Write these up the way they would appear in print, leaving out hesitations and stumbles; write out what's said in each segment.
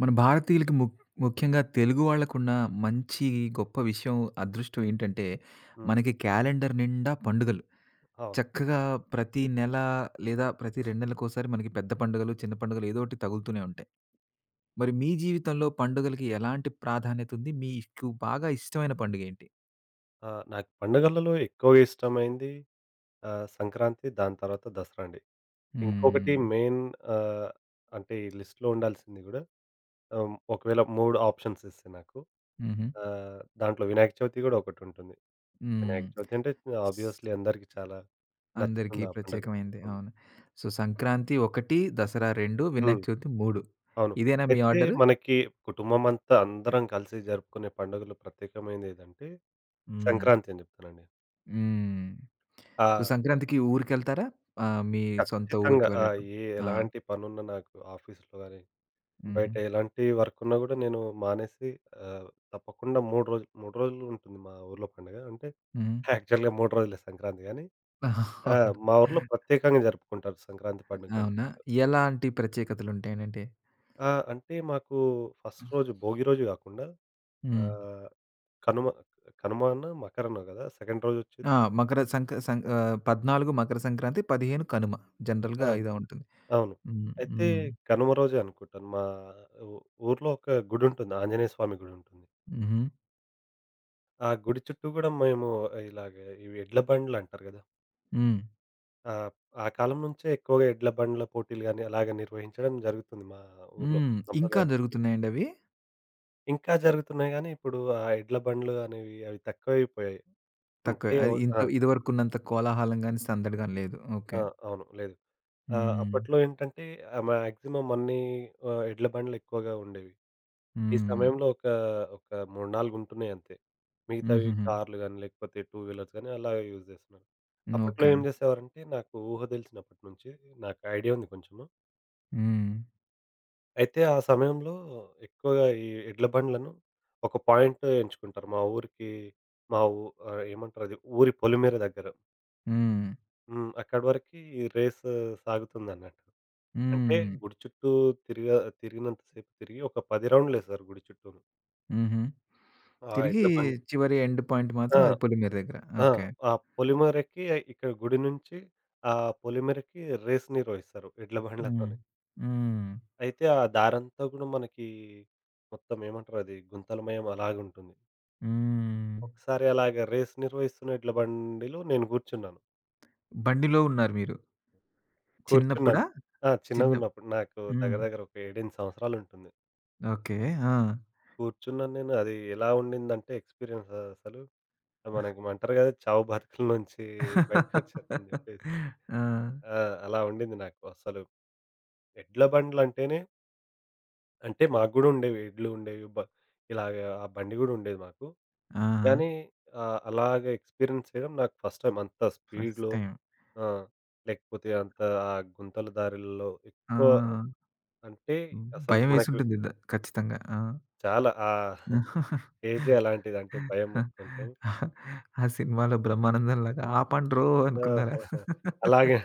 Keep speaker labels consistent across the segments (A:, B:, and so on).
A: మన భారతీయులకి ముఖ్యంగా తెలుగు వాళ్ళకున్న మంచి గొప్ప విషయం, అదృష్టం ఏంటంటే,
B: హ్మ్.
A: మనకి క్యాలెండర్ నిండా పండుగలు.
B: అవును.
A: చక్కగా ప్రతి నెల లేదా ప్రతి 2 నెలలకోసారి మనకి పెద్ద పండుగలు, చిన్న పండుగలు ఏదో ఒకటి తగులుతూనే ఉంటాయి. మరి మీ జీవితంలో పండుగలకి ఎలాంటి ప్రాధాన్యత ఉంది? మీకు బాగా ఇష్టమైన పండుగ ఏంటి?
B: నాకు పండుగలలో ఎక్కువగా ఇష్టమైంది సంక్రాంతి, దాని తర్వాత దసరా అండి. ఇంకొకటి
A: హ్మ్.
B: మెయిన్, ఆహ్, అంటే ఈ లిస్ట్‌లో ఉండాల్సింది గూడా, ఒకవేళ 3 ఆప్షన్స్ ఇస్తే నాకు,
A: హుహు.
B: దాంట్లో వినాయక చవితి గూడా ఒకటుంటుంది. వినాయక
A: హ్మ్.
B: చవితి అంటే ఆబ్వియస్‌లీ అందరికీ చాలా
A: అందరికీ
B: నచ్చుతుంది ఆ పండగ గూడా.
A: ప్రత్యేకమైంది,
B: అవును.
A: అవును. సో, సంక్రాంతి 1, దసరా 2, వినాయక
B: హ్మ్.
A: చవితి 3.
B: అవును.
A: ఇదేనా మీ
B: అయితే
A: ఆర్డరు?
B: మనకి కుటుంబం అంతా అందరం కలిసి జరుపుకునే పండుగలో ప్రత్యేకమైనదేదంటే
A: హ్మ్.
B: సంక్రాంతి అని జెప్తానండి.
A: హ్మ్.
B: ఆ!
A: సో, సంక్రాంతికి ఊరికెళ్తారా? ఆహ్, మీ సొంత
B: ఖచ్చితంగా.
A: ఊరికి
B: ఆ!
A: వెళ్ళటం.
B: ఏ
A: ఆ!
B: ఎలాంటి పనున్నా నాకు ఆఫీస్‌లో గాని,
A: హుహు.
B: బయట ఎలాంటి వర్క్ ఉన్నా గూడా నేను మానేసి, ఆహ్, తప్పకుండా 3 రోజులు 3 రోజులు ఉంటుంది మా ఊర్లో పండుగ. అంటే
A: హ్మ్.
B: యాక్చువల్‌గా 3 రోజులే సంక్రాంతి గానీ. ఆ!
A: అవును.
B: మా ఊర్లో ప్రత్యేకంగా జరుపుకుంటారు సంక్రాంతి పండుగ గాని
A: అవునా?
B: కూడా.
A: ఎలాంటి ప్రత్యేకతలుంటాయనంటే?
B: ఆ! అంటే మాకు ఫస్ట్ రోజు భోగి రోజు గాకుండా,
A: హ్మ్.
B: ఆహ్, కనుమ, కనుమనో, మకరనో గదా! సెకండ్ రోజు ఒచ్చేది.
A: ఆ! మకర సంక సం ఆహ్, 14 మకర సంక్రాంతి, 15 కనుమ. జనరల్‌గా
B: అవును.
A: ఇదే ఉంటుంది.
B: అవును.
A: హ్మ్.
B: అయితే
A: హ్మ్.
B: కనుమ రోజే అనుకుంటాను. మా ఊ ఊర్లో ఒక గుడి ఉంటుంది. ఆంజనేయ స్వామి గుడి ఉంటుంది.
A: హుహు.
B: ఆ గుడి చుట్టూ గూడా మేము ఇలాగ, ఇవి ఎడ్ల బండ్లంటారు గదా!
A: హ్మ్.
B: ఆహ్, ఆ ఆ కాలం నుంచే ఎక్కువగా ఎడ్ల బండ్ల పోటీలు గాని, అలాగ నిర్వహించడం జరుగుతుంది మా ఊర్లో
A: హ్మ్. ఇంకా
B: సంప్రదాయం.
A: జరుగుతున్నాయండి అవి?
B: ఇంకా జరుగుతున్నాయి గానీ, ఇప్పుడు ఆ ఎడ్ల బండ్లు అనేవి అవి తక్కువైపోయాయి.
A: తక్కువే.
B: ఉంటే ఓ
A: అది ఇంత
B: ఆ!
A: ఇదివరకున్నంత కోలాహలం గాని, సందడి గాని లేదు. ఓకే.
B: ఆ! అవును. లేదు.
A: హ్మ్.
B: అప్పట్లో ఏంటంటే, మాక్సిమం అన్నీ, ఎడ్ల బండ్లు ఎక్కువగా ఉండేవి. ఈ
A: హ్మ్.
B: సమయంలో ఒక 3, 4 ఉంటున్నాయి అంతే. మిగతావి
A: హుహుహు.
B: కార్లు గాని, లేకపోతే టూ వీలర్స్ గాని అలా యూజ్ జేస్తున్నారు. అప్పట్లో
A: ఓకే.
B: ఏం జేసేవారంటే నాకు ఊహ దెలిసినప్పటి నుంచి నాకు ఐడియా ఉంది కొంచెము.
A: హ్మ్.
B: అయితే ఆ సమయంలో ఎక్కువగా ఈ ఎడ్ల బండ్లను ఒక పాయింట్ ఎంచుకుంటారు. మా ఊరికి మా ఊ ఏమంటారు అది ఊరి పొలిమేర దగ్గర.
A: హ్మ్.
B: హ్మ్. అక్కడి వరకి ఈ రేస్ సాగుతుందన్నట్టు. అంటే
A: హ్మ్.
B: గుడి చుట్టూ తిరిగా తిరిగినంత సేపు తిరిగి ఒక 10 రౌండ్‌లేస్తారు గుడి చుట్టూను.
A: హుహు.
B: ఆ
A: తిరిగి
B: ఎడ్ల బండ్లు.
A: చివరి ఎండ్ పాయింట్
B: ఆ!
A: మాత్రం అది పొలిమేర దగ్గర.
B: ఆ!
A: ఓకే.
B: ఆ పొలిమేరకి ఇక్కడ గుడి నుంచి ఆ పొలిమేరకి రేస్ నిర్వహిస్తారు ఎడ్ల
A: హ్మ్.
B: బండ్లతోని.
A: హ్మ్.
B: అయితే ఆ దారంతా గూడా మనకి మొత్తం ఏమంటారు అది గుంతలమయం అలాగుంటుంది.
A: హ్మ్.
B: ఒకసారి అలాగ రేస్ నిర్వహిస్తున్న ఎడ్ల బండిలో నేను గూర్చున్నాను.
A: బండిలో ఉన్నారు మీరు. చిన్నప్పుడా?
B: కూర్చున్నాను. ఆ!
A: చిన్న
B: చిన్నగున్నప్పుడు నాకు
A: హ్మ్.
B: దగ్గర దగ్గర ఒక 7, 8 సంవత్సరాలుంటుంది.
A: ఓకే. ఆ!
B: కూర్చున్నాను నేను. అది ఎలా ఉండిందంటే ఎక్స్‌పీరియన్స్ అసలు మనకి ఏమంటారు గదా! చావు బతుకుల నుంచి బయటికొచ్చానని జెప్పేసి.
A: ఆ!
B: ఆ! అలా ఉండింది నాకు అసలు. ఎడ్ల బండ్లంటేనే అంటే మాకు గూడా ఉండేవి. ఎడ్లు ఉండేవి. ఇలాగ ఆ బండి గూడా ఉండేది మాకు.
A: ఆ!
B: గానీ, అలాగ ఎక్స్‌పీరియన్స్ చేయడం నాకు ఫస్ట్ టైమ్. అంత
A: ఫస్ట్
B: స్పీడ్‌లో.
A: టైమ్.
B: ఆ! లేకపోతే అంత ఆ గుంతల దారుల్లో
A: ఆ!
B: ఎక్కువ, అంటే అసలు మనకు
A: భయమేసుంటుంది ద ఖచ్చితంగా. ఆ!
B: చాలా ఆ ఏజే అలాంటిది. అంటే భయం కొంచెం.
A: ఆ సినిమాలో బ్రహ్మానందం లాగా ఆపండ్రో అనుకున్నారా?
B: ఆ! అలాగే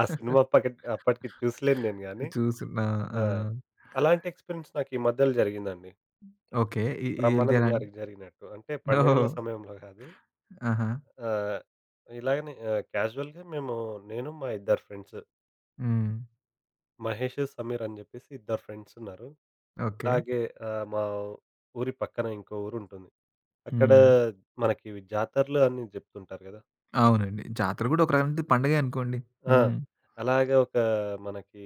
B: ఆ సినిమా అప్పటికి చూసలేను నేను గానీ.
A: చూసున్నా. ఆ!
B: ఆ! అలాంటి ఎక్స్‌పీరియన్స్ నాకు ఈ మధ్యలో జరిగిందండి.
A: ఓకే.
B: బ్రహ్మానందం
A: ఈళ్ళదేనండి.
B: గారికి జరిగినట్టు. అంటే
A: ఓహో!
B: పండగల సమయంలో గాదు.
A: ఆహా!
B: ఆహ్, ఇలాగనే క్యాజువల్‌గా మేము, నేను, మా ఇద్దరు ఫ్రెండ్స్
A: హ్మ్.
B: మహేష్, సమీర్ అని జెప్పేసి ఇద్దరు ఫ్రెండ్స్ ఉన్నారు.
A: ఓకే.
B: ఇలాగే, మా ఊరి పక్కన ఇంకో ఊరుంటుంది. అక్కడ
A: హ్మ్.
B: మనకి ఇవి జాతరలు అని జెప్తుంటారు గదా!
A: అవునండి, జాతర గూడా ఒక రకంగా పండగే అనుకోండి.
B: ఆ!
A: హ్మ్.
B: అలాగే ఒక, మనకి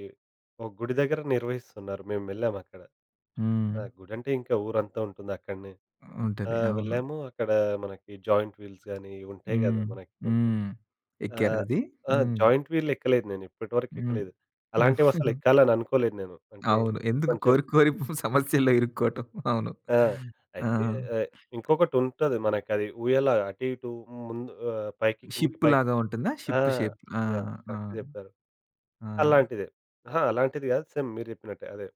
B: ఒక గుడి దగ్గర నిర్వహిస్తున్నారు. మేమెళ్ళామక్కడ.
A: హ్మ్.
B: ఆ! గుడంటే ఇంకా ఊరంతా ఉంటుంది అక్కడనే. ఆ!
A: ఉంటది, అవును.
B: వెళ్ళాము. అక్కడ మనకి జాయింట్ వీల్స్ గాని ఉంటాయి గదా!
A: హ్మ్.
B: మనకి కొంచెం.
A: హ్మ్. ఎక్కారా
B: ఆహ్,
A: అది?
B: ఆ!
A: హ్మ్.
B: జాయింట్ వీల్ ఎక్కలేదు నేను ఇప్పటి వరకు
A: హ్మ్.
B: ఎక్కలేదు. అలాంటివి అసలు ఎక్కాలని అనుకోలేదు నేను. అంటే
A: అవును. ఎందుకు
B: కొంచెం.
A: కోరి కోరి సమస్యల్లో ఇరుక్కోవటం. అవును.
B: ఆ!
A: ఆ!
B: అయితే, ఆహ్, ఇంకొకటి ఉంటది మనకది ఊయల అటు ఇటు ముందు, పైకి కిందికి
A: షిప్
B: పైకి.
A: లాగా ఉంటుందా?
B: ఆ!
A: Ship shape. ఆ!
B: యాహ్!
A: ఆ!
B: కరెక్ట్ జెప్పారు.
A: ఆ!
B: అలాంటిదే. అహా! అలాంటిది గాదు సేమ్ మీరు జెప్పినట్టే అదే.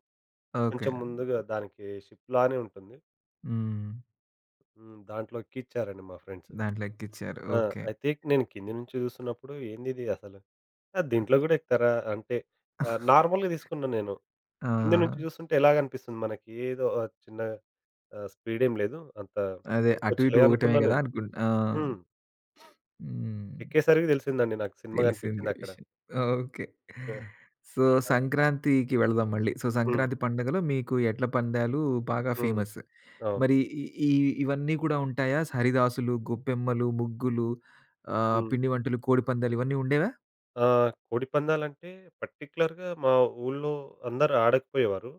A: ఓకే.
B: కొంచెం ముందుగా దానికి షిప్ లానే ఉంటుంది.
A: హ్మ్.
B: హ్మ్. దాంట్లో ఎక్కిచ్చారండి మా ఫ్రెండ్స్.
A: దాంట్లో ఎక్కిచ్చారు.
B: ఆ!
A: ఓకే.
B: అయితే నేను కింది నుంచి చూస్తున్నప్పుడు ఏందిది అసలు? ఆ! దీంట్లో గూడా ఎక్కుతారా? అంటే, నార్మల్‌గా తీసుకున్నా నేను.
A: ఆ!
B: కింద నుంచి చూస్తుంటే ఎలాగనిపిస్తుంది మనకి ఏదో, చిన్న, స్పీడేం లేదు. అంత
A: అదే అటు ఇటు
B: ఎక్కొచ్చులే
A: ఊగటమే
B: అనుకున్నా
A: గదా!
B: నేను.
A: ఆ!
B: హ్మ్.
A: హ్మ్.
B: ఎక్కేసరికి తెలిసిందండి నాకు సినిమా
A: తెలిసింది
B: కనిపించిందక్కడ.
A: విషయం. ఓకే.
B: ఆ!
A: సో, సంక్రాంతికి వెళదాం మళ్ళీ. సో,
B: హ్మ్.
A: సంక్రాంతి పండుగలో మీకు ఎడ్ల పందాలు బాగా
B: హ్మ్.
A: ఫేమస్.
B: అవును.
A: మరి ఈ ఈ ఇవన్నీ కూడా ఉంటాయా? హరిదాసులు, గొప్పెమ్మలు, ముగ్గులు, ఆహ్,
B: హ్మ్.
A: పిండి వంటలు, కోడిపందాలు ఇవన్నీ ఉండేవా?
B: కోడిపందాలంటే పర్టిక్యులర్‌గా మా ఊళ్ళో అందరూ ఆడకపోయేవారు.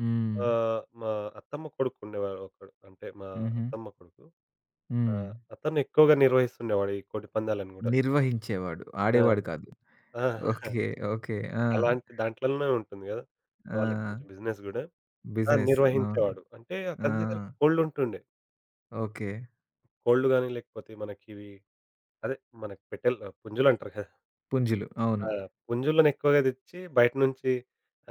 A: హ్మ్.
B: మా అత్తమ్మ కొడుకు ఉండేవాడు ఒకడు. అంటే మా
A: హుహు.
B: అత్తమ్మ కొడుకు. ఆ!
A: హ్మ్.
B: అతను ఎక్కువగా నిర్వహిస్తుండేవాడు ఈ కోడి పందాలను గూడా.
A: నిర్వహించేవాడు,
B: ఆ!
A: ఆడేవాడు కాదు.
B: ఆ!
A: ఓకే. ఓకే. ఆ!
B: అలాంటి దాంట్లలోనే ఉంటుంది గదా! వాళ్ళకి
A: ఆ!
B: కొంచెం బిజినెస్ గూడా. ఆ!
A: బిజినెస్. అవును.
B: నిర్వహించేవాడు. అంటే
A: ఆ!
B: అతని దగ్గర కోళ్ళుంటుండే.
A: ఓకే.
B: కోళ్ళు గాని, లేకపోతే మనకివి, అదే మనకి పెట్టెలు, పుంజులంటారు కదా!
A: పుంజులు, అవును.
B: ఆ! పుంజులను ఎక్కువగా తెచ్చి బయట నుంచి,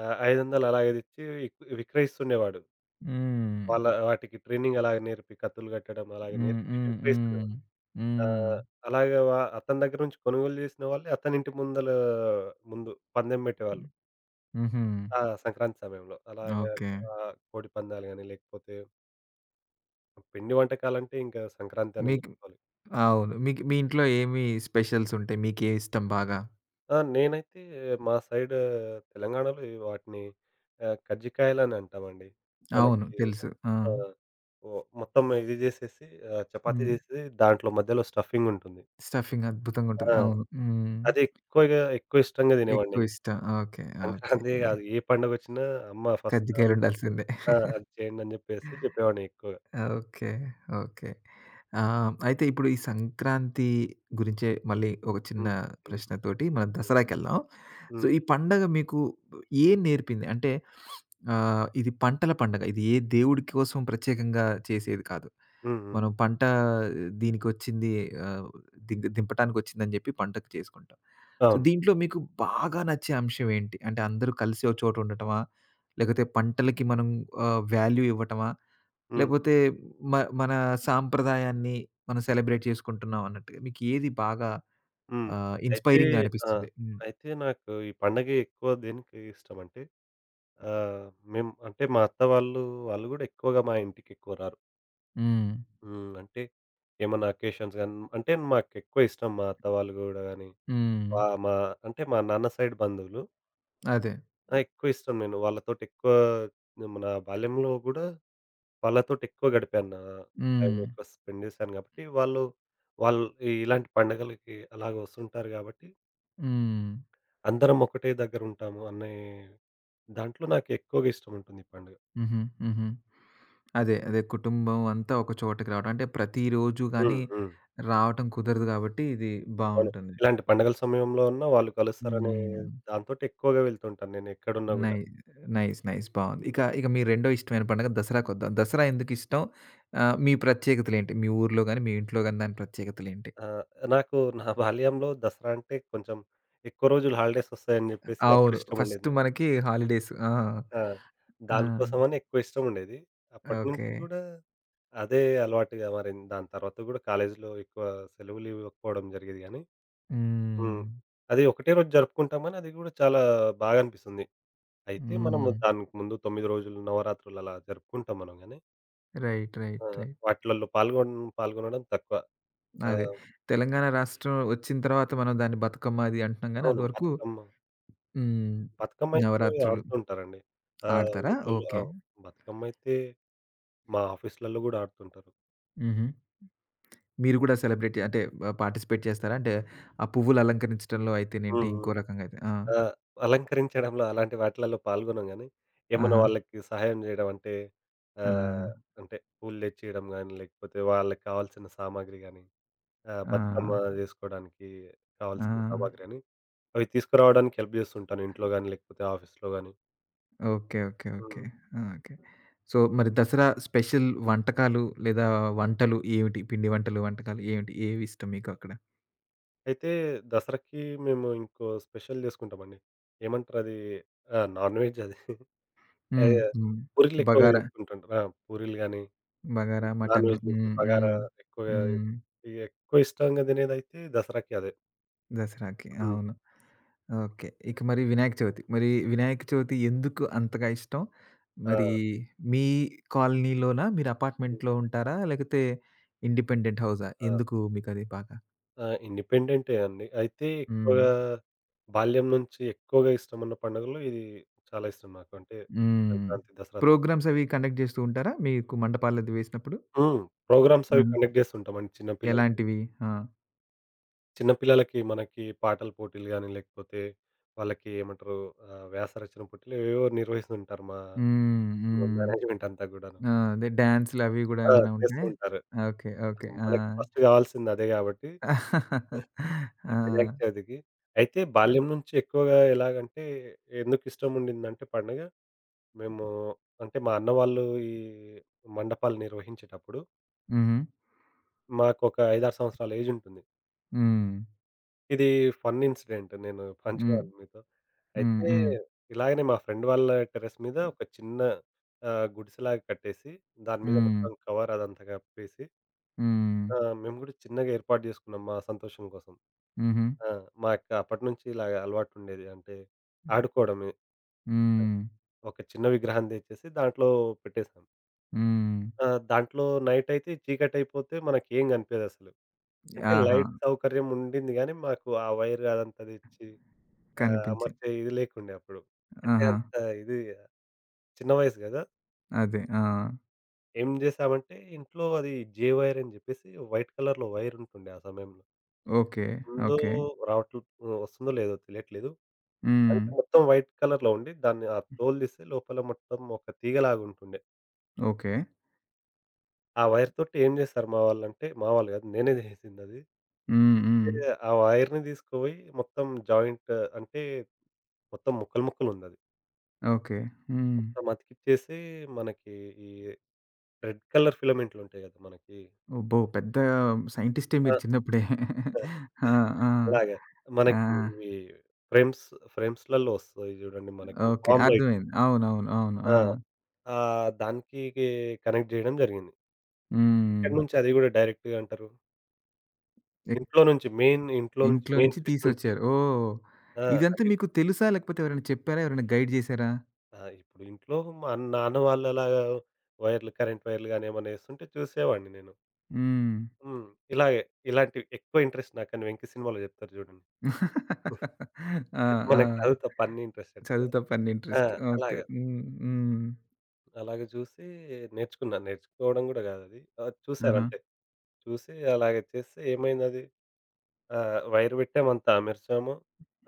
B: 500 అలాగే తెచ్చి విక్రయిస్తుండేవాడు.
A: హ్మ్.
B: వాళ్ళ వాటికి ట్రైనింగ్ అలాగే నేర్పి, కత్తులు కట్టడం అలాగే
A: హ్మ్.
B: నేర్పి
A: హ్మ్. హ్మ్.
B: విక్రయిస్తుండేవాడు.
A: హ్మ్.
B: ఆహ్, అలాగే అతని దగ్గర నుంచి కొనుగోలు జేసిన వాళ్ళే అతనింటి ముందు పందెం బెట్టేవాళ్ళు.
A: హుహు.
B: ఆ! సంక్రాంతి సమయంలో. అలాగా,
A: ఓకే.
B: కోడి పందాలు గాని, లేకపోతే పిండి వంటకాలంటే ఇంకా సంక్రాంతనే
A: మీకు
B: జెప్పుకోవాలి.
A: అవును. మీకు మీ ఇంట్లో ఏమి స్పెషల్స్ ఉంటాయి? మీకేం ఇష్టం బాగా?
B: ఆ! నేనైతే మా సైడ్ తెలంగాణలో ఈ వాటిని, కజ్జికాయలని అంటామండి.
A: అవును,
B: మనకి
A: తెలుసు. ఆ!
B: ఆ! ఓ మొత్తం ఇది జేసేసి, చపాతీ
A: హ్మ్.
B: జేసి దాంట్లో మధ్యలో స్టఫింగుంటుంది.
A: స్టఫింగ్ అద్భుతంగుంటది,
B: ఆ!
A: అవును. హ్మ్.
B: అది ఎక్కువగా ఎక్కువ ఇష్టంగా తినేవాడిని
A: ఎక్కువ
B: నేను.
A: ఇష్టం. ఓకే. ఓకే.
B: సంక్రాంతి కాదు. ఏ పండగొచ్చినా అమ్మ ఫస్ట్ అది,
A: కజ్జికాయలుండాల్సిందే.
B: ఆ! అది చేయండి అని జెప్పేసి జెప్పేవాడిని ఎక్కువగా.
A: ఓకే. ఓకే. ఆహ్, అయితే ఇప్పుడు ఈ సంక్రాంతి గురించే మళ్ళీ ఒక చిన్న
B: హ్మ్. హ్మ్.
A: ప్రశ్నతోటి మనం
B: హ్మ్.
A: దసరాకెళ్దాం. సో,
B: హ్మ్.
A: ఈ పండగ మీకు ఏం నేర్పింది? అంటే ఆహ్, ఇది పంటల పండగ. ఇది ఏ దేవుడి కోసం ప్రత్యేకంగా చేసేది కాదు.
B: హ్మ్. హ్మ్.
A: మనం పంట దీనికొచ్చింది, ఆహ్, దింపటానికొచ్చిందని జెప్పి పంటకు చేసుకుంటాం. సో,
B: అవును.
A: దీంట్లో మీకు బాగా నచ్చే అంశం ఏంటి? అంటే అందరూ కలిసి ఒక చోటుండటమా? లేకపోతే పంటలకి మనం ఆహ్, వాల్యూ ఇవ్వటమా?
B: హ్మ్.
A: లేపోతే మ మన సాంప్రదాయాన్ని మనం సెలబ్రేట్ చేసుకుంటున్నాం అన్నట్టుగా మీకు ఏది బాగా
B: హ్మ్.
A: ఆహ్,
B: అయితే
A: ఇన్‌స్పైరింగ్‌గా
B: ఆ!
A: అనిపిస్తుంది? హ్మ్.
B: అయితే నాకు ఈ పండగ ఎక్కువ దేనికి ఇష్టమంటే, ఆహ్, మేము అంటే మా అత్త వాళ్ళు, వాళ్ళు గూడా ఎక్కువగా మా ఇంటికెక్కువ రారు.
A: హ్మ్.
B: హ్మ్. అంటే ఏమన్నా అకేషన్స్ గాని అంటే మాకెక్కువ ఇష్టం మా అత్త వాళ్ళు గూడా గాని,
A: హ్మ్.
B: మా అంటే మా నాన్న సైడ్ బంధువులు.
A: అదే.
B: ఆ! ఎక్కువ ఇష్టం నేను వాళ్ళతోటెక్కువ, మన బాల్యంలో గూడా వాళ్ళతోటి ఎక్కువ గడిపాను. నా టైం
A: హ్మ్.
B: ఎక్కువ స్పెండ్ చేశాను గాబట్టి, వాళ్ళు వాళ్ళు ఇలాంటి పండగలకి అలాగ వస్తుంటారు గాబట్టి,
A: హ్మ్.
B: అందరం ఒకటే దగ్గరుంటాము అనే దాంట్లో నాకు ఎక్కువగా ఇష్టముంటుంది ఈ పండుగ.
A: హుహు. హుహు. అదే. అదే కుటుంబం అంతా ఒక చోటకి రావడం. అంటే ప్రతిరోజు గాని
B: హ్మ్. హ్మ్.
A: రావటం కుదరదు కాబట్టి ఇది
B: అవును.
A: బావుంటుంది.
B: ఇలాంటి పండగల సమయంలో అన్నా వాళ్ళు కలుస్తారనే
A: హ్మ్.
B: దాంతోటి ఎక్కువగా వెళ్తుంటాను నేను ఎక్కడున్నా
A: నై
B: గూడా.
A: నైస్. నైస్. బావుంది.
B: హ్మ్.
A: ఇక, మీ రెండో ఇష్టమైన పండుగ దసరాకొద్దాం. దసరా ఎందుకిష్టం? ఆహ్, మీ ప్రత్యేకతలేంటి? మీ ఊర్లో గాని, మీ ఇంట్లో గాని దాని ప్రత్యేకతలేంటి?
B: ఆహ్, నాకు నా బాల్యంలో దసరా అంటే కొంచెం ఎక్కువ రోజులు హాలిడేస్ వస్తాయని జెప్పేసి
A: అవును.
B: అప్పుడు ఇష్టముండేది
A: ఫస్ట్
B: నాకు.
A: మనకి హాలిడేస్. ఆ!
B: ఆ!
A: ఆ!
B: దానికోసమని ఎక్కువ ఇష్టముండేది. అప్పటి
A: ఓకే.
B: నుంచి గూడా అదే అలవాటుగా మారింది. దాని తర్వాత గూడా కాలేజీలో ఎక్కువ సెలవులు ఇవ్వకపోవడం జరిగేది గానీ. హ్మ్.
A: హ్మ్.
B: అది ఒకటే రోజు జరుపుకుంటామని అది గూడా చాలా బాగా అనిపిస్తుంది. అయితే మనము
A: హ్మ్.
B: దానికి ముందు 9 రోజులు నవరాత్రులు అలా జరుపుకుంటాం మనం గానీ.
A: రైట్.
B: ఆ!
A: రైట్. రైట్.
B: వాటిలల్లో పాల్గొనడం తక్కువ.
A: అదే.
B: ఆహ్,
A: తెలంగాణ రాష్ట్రం వచ్చిన తర్వాత మనం దాన్ని బతుకమ్మ అది అంటున్నాం గానీ, అది
B: అవును.
A: వరకు
B: బతుకమ్మ,
A: హ్మ్.
B: బతుకమ్మ అయితే
A: నవరాత్రులు
B: ఆడుతూ ఉంటారండి.
A: ఆడతారా?
B: ఊర్లలో. ఆ!
A: ఓకే.
B: బతుకమ్మ అయితే మా ఆఫీస్‌లలో గూడా ఆడుతుంటారు.
A: హుహు. మీరు కూడా సెలబ్రేట్ అంటే ఆహ్, పార్టిసిపేట్ చేస్తారా? అంటే ఆ పువ్వులు అలంకరించడంలో అయితేనేంటి,
B: హ్మ్. హ్మ్.
A: ఇంకో రకంగా అయితే ఆ!
B: ఆ! అలంకరించడంలో అలాంటి వాటిలలో పాల్గొనం గానీ, ఏమన్నా
A: ఆహా!
B: వాళ్ళకి సహాయం జేయడం అంటే హ్మ్.
A: ఆ!
B: అంటే పూలు తెచ్చియడం గానీ, లేకపోతే వాళ్ళకి కావాల్సిన సామాగ్రి గానీ,
A: ఆ!
B: బతుకమ్మ జేసుకోవడానికి
A: ఆ!
B: కావాల్సిన సామాగ్రి అని అవి తీసుకురావడానికి హెల్ప్ జేస్తుంటాను ఇంట్లో గానీ, లేకపోతే ఆఫీస్‌లో గానీ.
A: ఓకే. ఓకే. ఓకే.
B: హ్మ్.
A: ఆ! ఓకే. సో, మరి దసరా స్పెషల్ వంటకాలు లేదా వంటలు ఏమిటి? పిండి వంటలు, వంటకాలు ఏమిటి? ఏవి ఇష్టం మీకు అక్కడ?
B: అయితే దసరాకి మేము ఇంకో స్పెషల్ జేసుకుంటామండి. ఏమంటారది? ఆ! నాన్ వెజ్ అది. ఏ
A: హ్మ్. హ్మ్.
B: పూరీలెక్కువ
A: బగారా,
B: జేసుకుంటుంటాం. ఆ! పూరీలు గానీ
A: బగారా
B: నాన్
A: మటను.
B: వెజ్ మీదకి
A: హ్మ్.
B: బగారా
A: హ్మ్.
B: ఎక్కువగా,
A: హ్మ్.
B: ఇగ ఎక్కువ ఇష్టంగా తినేదైతే దసరాకి అదే.
A: దసరాకి,
B: హ్మ్.
A: అవును. ఓకే. ఇక మరి వినాయక చవితి. మరి వినాయక చవితి ఎందుకు అంతగా ఇష్టం?
B: ఆ!
A: మరి మీ కాలనీలోనా? మీరు
B: హ్మ్.
A: అపార్ట్మెంట్‌లో ఉంటారా? లేకపోతే ఇండిపెండెంట్ హౌసా?
B: ఆ!
A: ఎందుకు మీకది బాగా?
B: ఆ! ఇండిపెండెంటే అండి. అయితే
A: హ్మ్.
B: ఎక్కువగా బాల్యం నుంచి ఎక్కువగా ఇష్టమున్న పండుగల్లో ఇది చాలా ఇష్టం నాకు. అంటే
A: హ్మ్.
B: సంక్రాంతి, దసరా.
A: ప్రోగ్రామ్స్ అవి కండక్ట్ జేస్తూ ఉంటారా? మీకు మండపాలది వేసినప్పుడు?
B: హ్మ్. ప్రోగ్రామ్స్ అవి
A: హ్మ్.
B: కండక్ట్ చేస్తుంటామండి చిన్న పిల్లలకి.
A: ఎలాంటివి? ఆ!
B: చిన్న పిల్లలకి మనకి పాటల పోటీలు గాని, లేకపోతే వాళ్ళకి ఏమంటారు, వ్యాసరచన పోటీలు ఏవేవో నిర్వహిస్తుంటారు మా
A: హ్మ్. హ్మ్.
B: మేనేజ్‌మెంట్ అంతా గూడాను.
A: ఆ! అదే డాన్స్‌లవి గూడా
B: ఆ!
A: ఏమైనా
B: చేస్తూ
A: ఉంటాయా?
B: ఉంటారు.
A: ఓకే. ఓకే. ఆ!
B: మనకి ఫస్ట్ కావాల్సింది అదే గాబట్టి వినాయక
A: ఆ!
B: చవితికి. అయితే బాల్యం నుంచి ఎక్కువగా ఎలాగంటే ఎందుకు ఇష్టం ఉండిందంటే పండగ, మేము అంటే మా అన్న వాళ్ళు ఈ మండపాలు నిర్వహించేటప్పుడు
A: హుహు.
B: మాకొక 5, 6 సంవత్సరాల ఏజ్ ఉంటుంది.
A: హ్మ్.
B: ఇది ఫన్ ఇన్సిడెంట్ నేను
A: హ్మ్.
B: పంచుకోవాలి మీతో.
A: హ్మ్.
B: అయితే
A: హ్మ్.
B: ఇలాగనే మా ఫ్రెండ్ వాళ్ళ టెర్రస్ మీద ఒక చిన్న, గుడిసెలాగా కట్టేసి దాని మీద
A: హ్మ్.
B: మొత్తం కవర్ అదంతా కప్పేసి,
A: హ్మ్.
B: మేము గూడా చిన్నగా ఏర్పాటు జేసుకున్నాం మా సంతోషం కోసం.
A: హుహు.
B: ఆ! మాకు అప్పటినుంచి ఇలాగ అలవాటుండేది. అంటే ఆడుకోవడమే.
A: హ్మ్.
B: ఒక చిన్న విగ్రహం తెచ్చేసి దాంట్లో పెట్టేసాం.
A: హ్మ్.
B: ఆ! దాంట్లో నైటయితే చీకటయిపోతే మనకేం కనిపియదసలు. అంటే
A: ఆహా!
B: లైట్ సౌకర్యం ఉండింది గానీ, మాకు ఆ వైర్ అదంతా తెచ్చి, అమర్చే
A: కనిపించింది.
B: ఇది లేకుండే అప్పుడు. అంటే
A: ఆహా!
B: అంత ఇది చిన్న వయసు గదా!
A: అదే. ఆ!
B: ఏం జేసామంటే ఇంట్లో అది జే వైర్ అని జెప్పేసి వైట్ కలర్‌లో వైరుంటుండే ఆ సమయంలో.
A: ఓకే.
B: ఉందో
A: ఓకే.
B: రావట్లే వస్తుందో లేదో తెలియట్లేదు.
A: హ్మ్.
B: అంటే మొత్తం వైట్ కలర్‌లో ఉండి, దాన్ని ఆ తోలు తీస్తే లోపల మొత్తం ఒక తీగలాగుంటుండే.
A: ఓకే.
B: ఆ వైర్ తోటి ఏం చేశారు మా వాళ్ళంటే, మా వాళ్ళు కాదు నేనే చేసిందది.
A: హ్మ్. హ్మ్.
B: అంటే ఆ వైర్‌ని తీసుకుపోయి మొత్తం జాయింట్, అంటే మొత్తం ముక్కలు ముక్కలుందది.
A: ఓకే. హ్మ్.
B: మొత్తం అతికిచ్చేసి మనకి ఈ రెడ్ కలర్ ఫిలమెంట్లుంటాయి కదా! మనకి.
A: అబ్బో! పెద్ద సైంటిస్టే
B: ఆ!
A: మీరు చిన్నప్పుడే. ఆ! ఆ!
B: అలాగే.
A: ఆ!
B: మనకి ఇవి ఫ్రేమ్స్ ఫ్రేమ్స్‌లలో వస్తాయి చూడండి మనకి.
A: ఓకే.
B: Bomb light.
A: అర్థమైంది. అవునవును, అవును. ఆ!
B: ఆ! దానికి కనెక్ట్ చేయడం జరిగింది.
A: హ్మ్.
B: ఎక్కడి నుంచి అది గూడా డైరెక్ట్‌గా అంటారు?
A: ఎక్
B: ఇంట్లో నుంచి
A: ఇంట్లో
B: మెయిన్
A: నుంచి
B: స్విచ్ నుంచి.
A: తీసొచ్చారు. ఓహ్!
B: ఆ!
A: ఇదంతా
B: అది
A: మీకు తెలుసా? లేకపోతే ఎవరైనా చెప్పారా? ఎవరైనా గైడ్ జేశారా?
B: ఆ! ఇప్పుడు ఇంట్లో మా నాన్న వాళ్ళు అలాగా కరెంట్ వైర్లు గాని ఏమన్నా ఏస్తుంటే చూసేవాడిని నేను.
A: హ్మ్.
B: హ్మ్. ఇలాగే ఇలాంటివి ఎక్కువ ఇంట్రెస్ట్ నాకని వెంకి సినిమాలో చెప్తారు జూడండి.
A: ఆ!
B: మనకు
A: ఆ!
B: చదువుతో పని ఇంట్రెస్ట్ అంటారు
A: చదువు
B: గదా!
A: తప్ప అన్ని
B: ఆ!
A: ఇంట్రెస్ట్. ఓకే.
B: అలాగా.
A: హ్మ్. హ్మ్.
B: అలాగ చూసి నేర్చుకున్నా. నేర్చుకోవడం గూడా గాదది.
A: ఆహా!
B: చూసానంతే. చూసి అలాగే చేస్తే ఏమైందది? వైర్ పెట్టామంతా అమర్చాము.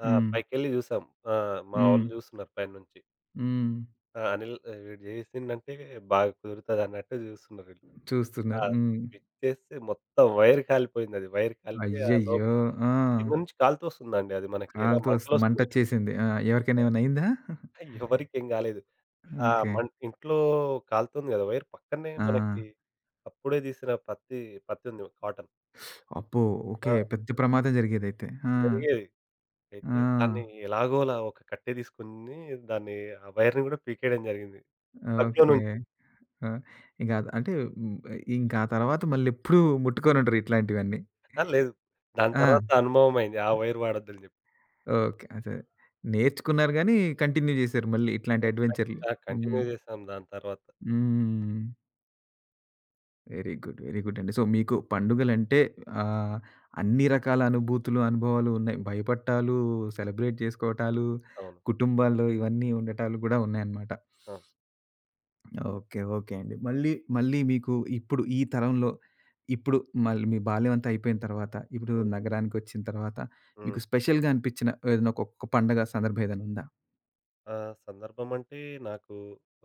B: ఆ!
A: హ్మ్.
B: పైకెళ్ళి జూసాం. ఆ! మా
A: హ్మ్.
B: వాళ్ళు జూస్తున్నారు పైనుంచి.
A: హ్మ్.
B: ఆ! అనిల్, వీడు జేసిండంటే బాగా కుదురుతదన్నట్టు జూస్తున్నారు వీళ్ళు. ఆ!
A: చూస్తున్నారు. హ్మ్.
B: స్విచ్ చేస్తే మొత్తం వైర్ కాలిపోయిందది. వైర్ కాలిపోయి ఆ
A: అయ్యయ్యో!
B: లోపల
A: ఆ!
B: కింద నుంచి కాలుతొస్తుందండి అది మనకి ఎలా
A: కాలుతో వస్తు
B: మంటలొస్తున్నాయి.
A: మంటొచ్చేసింది. ఆ! ఎవరికైనా ఏమైనా అయిందా?
B: ఎవరికేం గాలేదు. ఆ
A: ఓకే.
B: మన్ ఇంట్లో కాలుతుంది గదా! వైర్ పక్కనే
A: ఆ!
B: మనకి అప్పుడే దీసిన పత్తి, ఉంది కాటన్.
A: అబ్బో! ఓకే.
B: ఆ!
A: పెద్ద ప్రమాదం జరిగేదైతే. ఆ!
B: జరిగేది.
A: ఆ!
B: అయితే దాన్ని ఎలాగోలా ఒక కట్టె దీసుకొని దాన్ని ఆ వైర్‌ని గూడా పీకేయడం జరిగింది. ప్లగ్‌లో
A: ఓకే.
B: నుంచి.
A: ఆ! ఇంక అంటే హ్మ్. ఇంక ఆ తర్వాత మళ్ళెప్పుడూ ముట్టుకోనుండరు ఇట్లాంటివన్నీ.
B: ఆ! లేదు. దాని
A: ఆ!
B: తర్వాత అనుభవమైంది. ఆ వైర్ వాడొద్దని జెప్పి.
A: ఓకే. అదే. నేర్చుకున్నారు గానీ, కంటిన్యూ జేశారు మళ్ళీ ఇట్లాంటి అడ్వెంచర్‌లు.
B: ఆ!
A: హ్మ్.
B: కంటిన్యూ చేశాం దాని తర్వాత.
A: హ్మ్. Very good. వెరీ గుడ్ అండి. సో, మీకు పండుగలంటే ఆహ్, అన్ని రకాల అనుభూతులు, అనుభవాలు ఉన్నాయి.
B: హ్మ్.
A: భయపట్టాలు, సెలబ్రేట్ చేసుకోవటాలు,
B: అవును.
A: కుటుంబాల్లో ఇవన్నీ ఉండటాలు గూడా ఉన్నాయన్నమాట.
B: ఆ!
A: ఓకే. ఓకే అండి. మళ్ళీ, మీకు ఇప్పుడు ఈ తరంలో ఇప్పుడు మళ్ళీ మీ బాల్యం అంతా అయిపోయిన తర్వాత, ఇప్పుడు
B: హ్మ్.
A: నగరానికొచ్చిన తర్వాత మీకు
B: హ్మ్.
A: స్పెషల్‌గా అనిపించిన ఏదైనా ఒకొక్క పండగ సందర్భం ఏదైనా ఉందా?
B: ఆ సందర్భం అంటే నాకు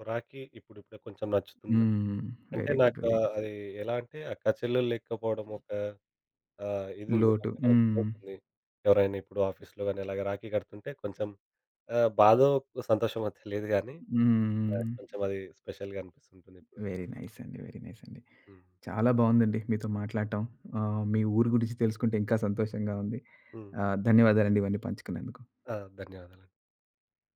B: రాఖీ ఇప్పుడిప్పుడే కొంచెం నచ్చుతుందండి.
A: హ్మ్.
B: అంటే
A: వెరీ గుడ్.
B: నాకు
A: వెరీ గుడ్.
B: అది ఎలా అంటే అక్క చెల్లెలు లేకపోవడం ఒక, ఇదుంది
A: లోటు.
B: నాకు,
A: హ్మ్.
B: లోటుంది. ఎవరైనా ఇప్పుడు ఆఫీస్‌లో గాని అలాగే రాఖీ కడుతుంటే కొంచెం, బాధో, సంతోషమో తెలియదు గానీ,
A: హ్మ్.
B: కొంచెం అది స్పెషల్‌గా అనిపిస్తుంటుందిప్పుడు.
A: వెరీ నైస్ అండి. వెరీ నైస్ అండి.
B: హ్మ్.
A: చాలా బావుందండి మీతో మాట్లాడటం. ఆహ్, మీ ఊరు గురించి తెలుసుకుంటే ఇంకా సంతోషంగా ఉంది.
B: హ్మ్.
A: ఆహ్, ధన్యవాదాలండి ఇవన్నీ పంచుకున్నందుకు.
B: ఆ! ధన్యవాదాలండి.